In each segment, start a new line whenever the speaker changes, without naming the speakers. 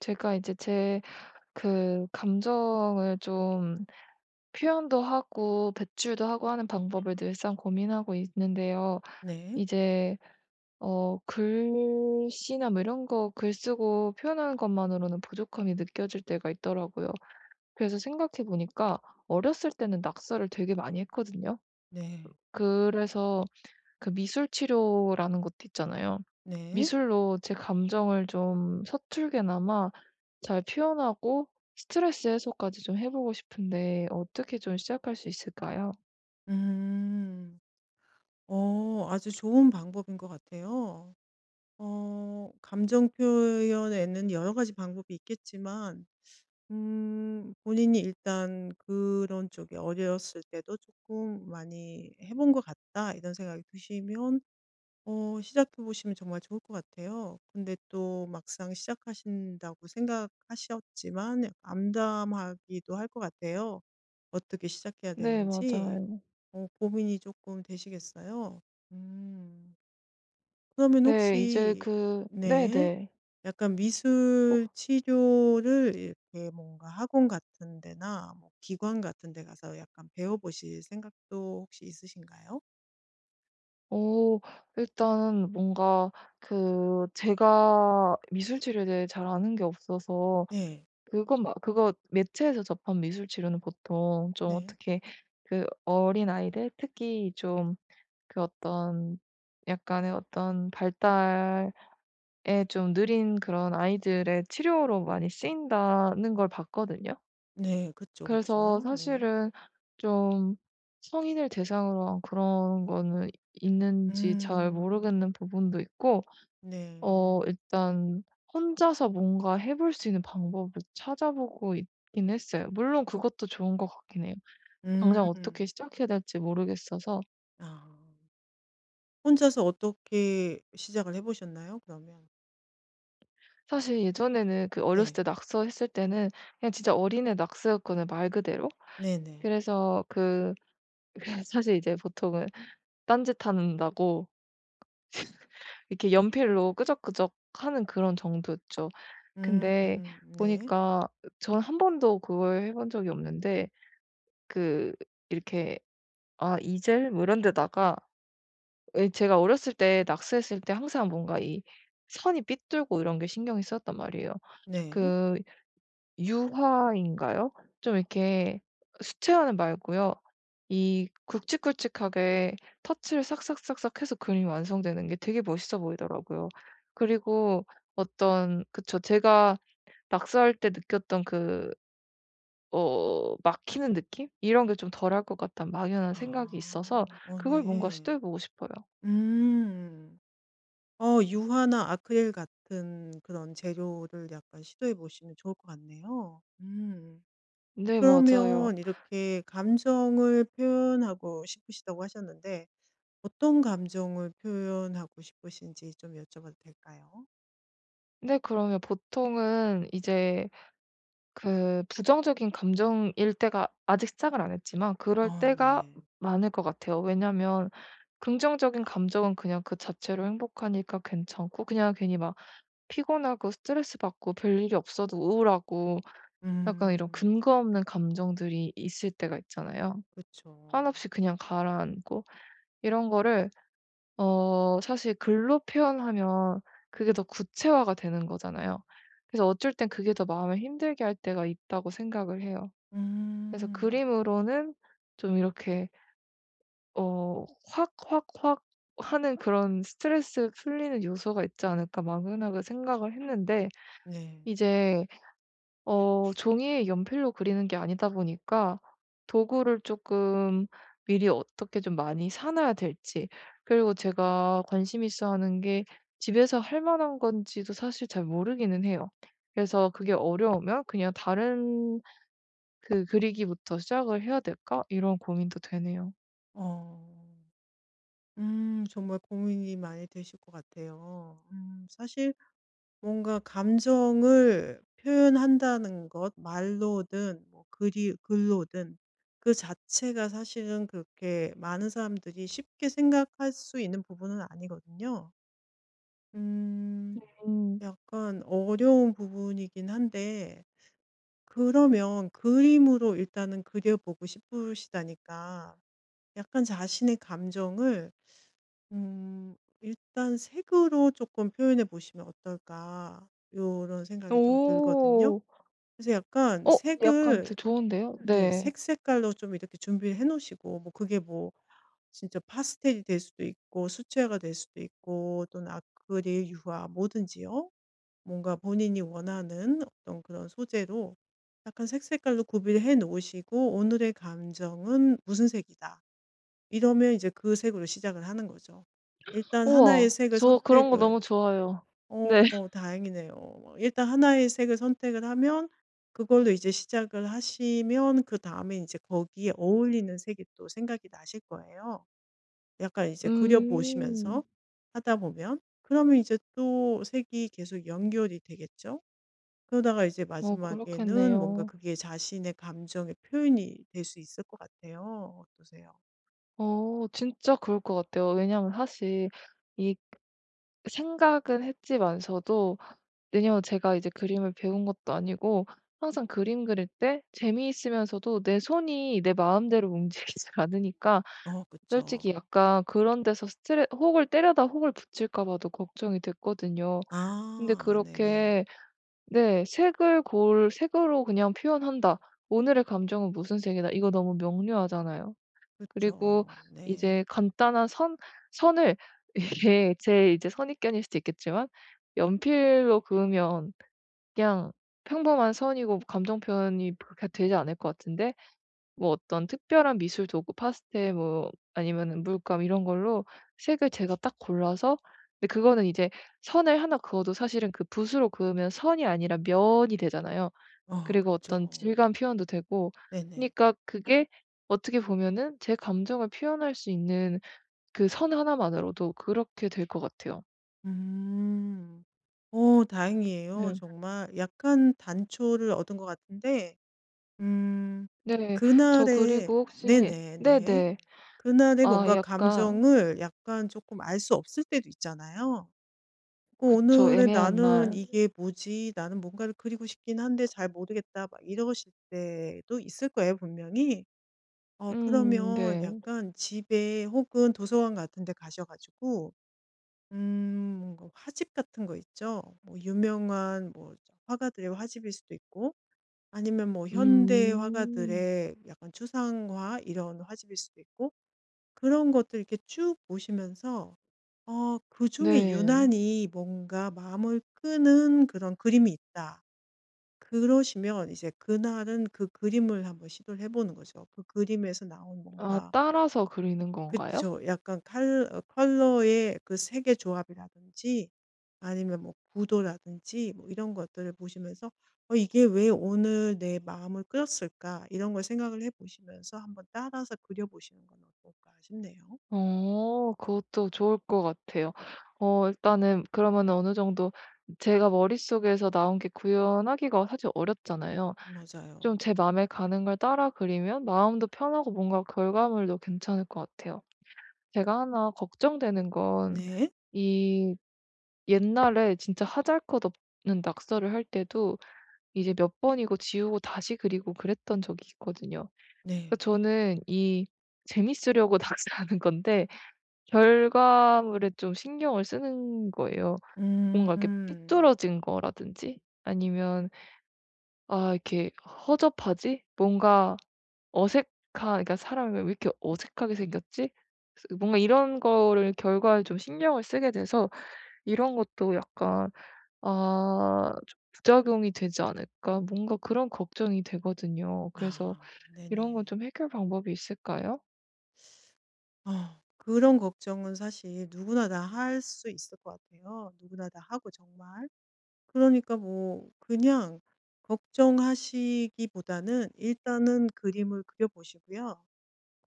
제가 이제 제 그 감정을 좀 표현도 하고 배출도 하고 하는 방법을 늘상 고민하고 있는데요.
네.
이제 글씨나 뭐 이런 거 글 쓰고 표현하는 것만으로는 부족함이 느껴질 때가 있더라고요. 그래서 생각해 보니까 어렸을 때는 낙서를 되게 많이 했거든요.
네.
그래서 그 미술 치료라는 것도 있잖아요.
네.
미술로 제 감정을 좀 서툴게나마 잘 표현하고 스트레스 해소까지 좀 해 보고 싶은데 어떻게 좀 시작할 수 있을까요?
음. 아주 좋은 방법인 것 같아요. 감정 표현에는 여러 가지 방법이 있겠지만 본인이 일단 '그런 쪽에 어렸을 때도 조금 많이 해본 것 같다.' 이런 생각이 드시면 시작해 보시면 정말 좋을 것 같아요. 근데 또 막상 시작하신다고 생각하셨지만 암담하기도 할 것 같아요. 어떻게 시작해야
네,
되는지.
맞아요.
고민이 조금 되시겠어요? 음. 그러면
네. 이제
혹시
그
네.
네네.
약간 미술 치료를 이렇게 뭔가 학원 같은 데나 뭐 기관 같은 데 가서 약간 배워 보실 생각도 혹시 있으신가요?
오, 일단 은 뭔가 그 제가 미술 치료에 대해 잘 아는 게 없어서
네.
그건 막 그거 매체에서 접한 미술 치료는 보통 좀
네.
어떻게 그 어린아이들 특히 좀 그 어떤 약간의 어떤 발달에 좀 느린 그런 아이들의 치료로 많이 쓰인다는 걸 봤거든요.
네. 그쵸,
그래서
그쵸. 네.
사실은 좀 성인을 대상으로 한 그런 거는 있는지 잘
음.
모르겠는 부분도 있고,
네.
일단 혼자서 뭔가 해볼 수 있는 방법을 찾아보고 있긴 했어요. 물론 그것도 좋은 것 같긴 해요. 당장 어떻게
음.
시작해야 될지 모르겠어서
아. 혼자서 어떻게 시작을 해 보셨나요? 그러면?
사실 예전에는 그 어렸을
네.
때 낙서했을 때는 그냥 진짜 어린애 낙서였거든요, 말 그대로.
네네.
그래서 그 그래서 사실 이제 보통은 딴짓한다고 이렇게 연필로 끄적끄적 하는 그런 정도였죠.
음
근데
네.
보니까 전 한 번도 그걸 해본 적이 없는데 그 이렇게 이젤 뭐 이런 데다가, 왜 제가 어렸을 때 낙서했을 때 항상 뭔가 이 선이 삐뚤고 이런 게 신경이 쓰였단 말이에요.
네.
그 유화인가요? 좀 이렇게 수채화는 말고요. 이 굵직굵직하게 터치를 싹싹싹싹 해서 그림이 완성되는 게 되게 멋있어 보이더라고요. 그리고 어떤, 그쵸, 제가 낙서할 때 느꼈던 그 막히는 느낌? 이런 게 좀 덜할 것 같다는 막연한 생각이 있어서
아.
그걸 뭔가
네.
시도해 보고 싶어요.
음. 유화나 아크릴 같은 그런 재료를 약간 시도해 보시면 좋을 것 같네요. 음.
네,
그러면
맞아요.
이렇게 감정을 표현하고 싶으시다고 하셨는데 어떤 감정을 표현하고 싶으신지 좀 여쭤봐도 될까요?
네, 그러면 보통은 이제 그 부정적인 감정일 때가, 아직 시작을 안 했지만 그럴 때가
네.
많을 것 같아요. 왜냐면 긍정적인 감정은 그냥 그 자체로 행복하니까 괜찮고, 그냥 괜히 막 피곤하고 스트레스 받고 별일이 없어도 우울하고 약간 이런
음.
근거 없는 감정들이 있을 때가 있잖아요.
그쵸.
한없이 그냥 가라앉고 이런 거를 사실 글로 표현하면 그게 더 구체화가 되는 거잖아요. 그래서 어쩔 땐 그게 더 마음을 힘들게 할 때가 있다고 생각을 해요. 그래서
음.
그림으로는 좀 이렇게 어 확 확확 하는 그런 스트레스 풀리는 요소가 있지 않을까 막연하게 생각을 했는데
네.
이제 종이에 연필로 그리는 게 아니다 보니까 도구를 조금 미리 어떻게 좀 많이 사 놔야 될지, 그리고 제가 관심 있어 하는 게 집에서 할 만한 건지도 사실 잘 모르기는 해요. 그래서 그게 어려우면 그냥 다른 그 그리기부터 시작을 해야 될까?' 이런 고민도 되네요.
어. 정말 고민이 많이 되실 것 같아요. 사실 뭔가 감정을 표현한다는 것 말로든 뭐 글이 글로든 그 자체가 사실은 그렇게 많은 사람들이 쉽게 생각할 수 있는 부분은 아니거든요. 음
음.
약간 어려운 부분이긴 한데 그러면 그림으로 일단은 그려 보고 싶으시다니까 약간 자신의 감정을 일단 색으로 조금 표현해 보시면 어떨까 요런 생각이 좀 들거든요.
오.
그래서 약간
어 약간 되게
색을
좋은데요?
네,
네.
색 색깔로 좀 이렇게 준비를 해 놓으시고 뭐 그게 뭐 진짜 파스텔이 될 수도 있고 수채화가 될 수도 있고 또는 아크릴, 유화 뭐든지요. 뭔가 본인이 원하는 어떤 그런 소재로 약간 색 색깔로 구비를 해 놓으시고 '오늘의 감정은 무슨 색이다.' 이러면 이제 그 색으로 시작을 하는 거죠. 일단 하나의
우와.
색을
저 그런 거
선택을
너무 좋아해요. 네.
다행이네요. 뭐 일단 하나의 색을 선택을 하면 그걸로 이제 시작을 하시면 그다음에 이제 거기에 어울리는 색이 또 생각이 나실 거예요. 약간 이제 그려
음.
보시면서 하다 보면. 그러면 이제 또 색이 계속 연결이 되겠죠. 그러다가 이제 마지막에는 뭔가
그렇겠네요.
그게 자신의 감정의 표현이 될 수 있을 것 같아요. 어떠세요?
진짜 그럴 것 같아요. 왜냐하면 사실 이 생각은 했지만서도, 왜냐면 제가 이제 그림을 배운 것도 아니고 항상 그림 그릴 때 재미있으면서도 내 손이 내 마음대로 움직이질 않으니까 솔직히
그쵸.
약간 그런 데서 스트레 혹을 때려다 혹을 붙일까 봐도 걱정이 됐거든요. 근데
아 네네.
그렇게, 네, 색을 고를, 색으로 그냥 표현한다. 오늘의 감정은 무슨 색이다. 이거 너무 명료하잖아요. 그리고
그쵸. 네.
이제 간단한 선 선을 이게 제 이제 선입견일 수도 있겠지만 연필로 그으면 그냥 평범한 선이고 감정 표현이 그렇게 되지 않을 것 같은데 뭐 어떤 특별한 미술 도구, 파스텔 뭐 아니면은 물감 이런 걸로 색을 제가 딱 골라서, 근데 그거는 이제 선을 하나 그어도 사실은 그 붓으로 그으면 선이 아니라 면이 되잖아요. 그리고 어떤
그쵸.
질감 표현도 되고,
네네.
그니까 러 그게 어떻게 보면은 제 감정을 표현할 수 있는, 그 선 하나만으로도 그렇게 될 것 같아요.
음. 다행이에요.
네.
정말 약간 단초를 얻은 것 같은데 음
네. 저,
그날의
그리고 혹시
네네 네.
네네.
그날의
아,
뭔가
약간
감정을 약간 조금 알 수 없을 때도 있잖아요.
그쵸.
'오늘의
애매한
나는
날.
이게 뭐지? 나는 뭔가를 그리고 싶긴 한데 잘 모르겠다.' 막 이러실 때도 있을 거예요 분명히.
음.
그러면
네.
약간 집에 혹은 도서관 같은 데 가셔 가지고 뭔가 화집 같은 거 있죠. 뭐 유명한 뭐 화가들의 화집일 수도 있고 아니면 뭐 현대
음.
화가들의 약간 추상화 이런 화집일 수도 있고 그런 것들 이렇게 쭉 보시면서 '그중에
네.
유난히 뭔가 마음을 끄는 그런 그림이 있다.' 그러시면 이제 그날은 그 그림을 한번 시도를 해 보는 거죠. 그 그림에서 나온
아,
뭔가
따라서 그리는 건가요?
그쵸. 약간 칼 어 컬러의 그 색의 조합이라든지 아니면 뭐 구도라든지 뭐 이런 것들을 보시면서 '어 이게 왜 오늘 내 마음을 끌었을까?' 이런 걸 생각을 해 보시면서 한번 따라서 그려 보시는 건 어떨까 싶네요.
그것도 좋을 것 같아요. 일단은 그러면 어느 정도 제가 머릿속에서 나온 게 구현하기가 사실 어렵잖아요. 좀
맞아요.
제 마음에 가는 걸 따라 그리면 마음도 편하고 뭔가 결과물도 괜찮을 것 같아요. 제가 하나 걱정되는 건
네.
이 옛날에 진짜 하잘것없는 낙서를 할 때도 이제 몇 번이고 지우고 다시 그리고 그랬던 적이 있거든요. 그
네.
저는 이 재밌으려고 낚시하는 건데 결과물에 좀 신경을 쓰는 거예요. 뭔가 이렇게
음.
삐뚤어진 거라든지 아니면 '아, 이렇게 허접하지? 뭔가 어색한, 그러니까 사람이 왜 이렇게 어색하게 생겼지?' 그래서 뭔가 이런 거를 결과에 좀 신경을 쓰게 돼서, 이런 것도 약간 '아, 좀 부작용이 되지 않을까?' 뭔가 그런 걱정이 되거든요. 그래서
아
이런 건
네네.
좀 해결 방법이 있을까요?
어 그런 걱정은 사실 누구나 다 할 수 있을 것 같아요. 누구나 다 하고 정말 그러니까 뭐 그냥 걱정하시기보다는 일단은 그림을 그려 보시고요.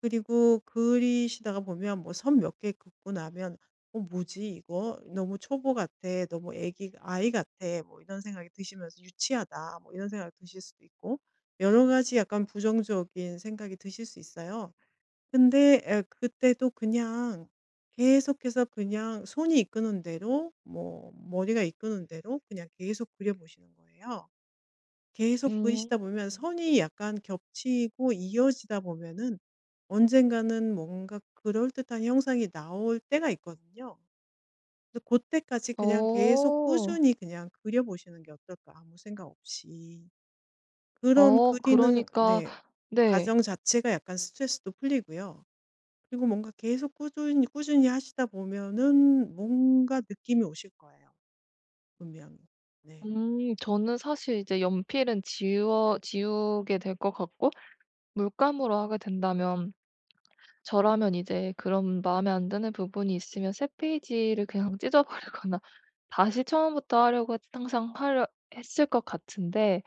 그리고 그리시다가 보면 뭐 선 몇 개 긋고 나면 '어 뭐지 이거? 너무 초보 같아. 너무 애기 아이 같아.' 뭐 이런 생각이 드시면서 '유치하다.' 뭐 이런 생각이 드실 수도 있고 여러 가지 약간 부정적인 생각이 드실 수 있어요. 근데 그때도 그냥 계속해서 그냥 손이 이끄는 대로 뭐 머리가 이끄는 대로 그냥 계속 그려 보시는 거예요. 계속
음.
그리시다 보면 선이 약간 겹치고 이어지다 보면은 언젠가는 뭔가 그럴듯한 형상이 나올 때가 있거든요. 그 고때까지 그냥 계속
어.
꾸준히 그냥 그려 보시는 게 어떨까 아무 생각 없이. 그런 그리는,
그러니까,
네,
네.
과정 자체가 약간 스트레스도 풀리고요. 그리고 뭔가 계속 꾸준히 꾸준히 하시다 보면은 뭔가 느낌이 오실 거예요. 분명히. 네.
저는 사실 이제 연필은 지워, 지우게 될 것 같고 물감으로 하게 된다면 저라면 이제 그런 마음에 안 드는 부분이 있으면 새 페이지를 그냥 찢어 버리거나 다시 처음부터 하려고 항상 하려 했을 것 같은데,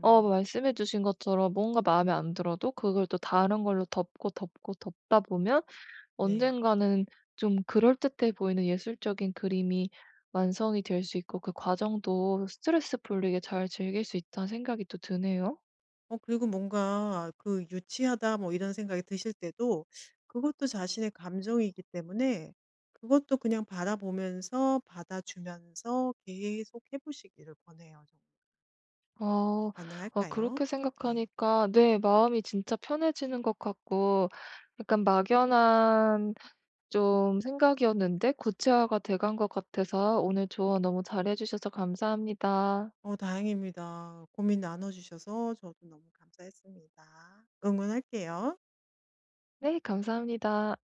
말씀해 주신 것처럼 뭔가 마음에 안 들어도 그걸 또 다른 걸로 덮고, 덮고 덮다 보면
네.
언젠가는 좀 그럴듯해 보이는 예술적인 그림이 완성이 될 수 있고 그 과정도 스트레스 풀리게 잘 즐길 수 있다는 생각이 또 드네요.
그리고 뭔가 그 '유치하다.' 뭐 이런 생각이 드실 때도 그것도 자신의 감정이기 때문에 그것도 그냥 바라보면서 받아주면서 계속 해 보시기를 권해요 정말.
아. 아,
가능할까요?
그렇게
네.
생각하니까 네 마음이 진짜 편해지는 것 같고 약간 막연한 좀 생각이었는데 구체화가 돼간 것 같아서 오늘 조언 너무 잘해 주셔서 감사합니다.
다행입니다. 고민 나눠 주셔서 저도 너무 감사했습니다. 응원할게요.
네, 감사합니다.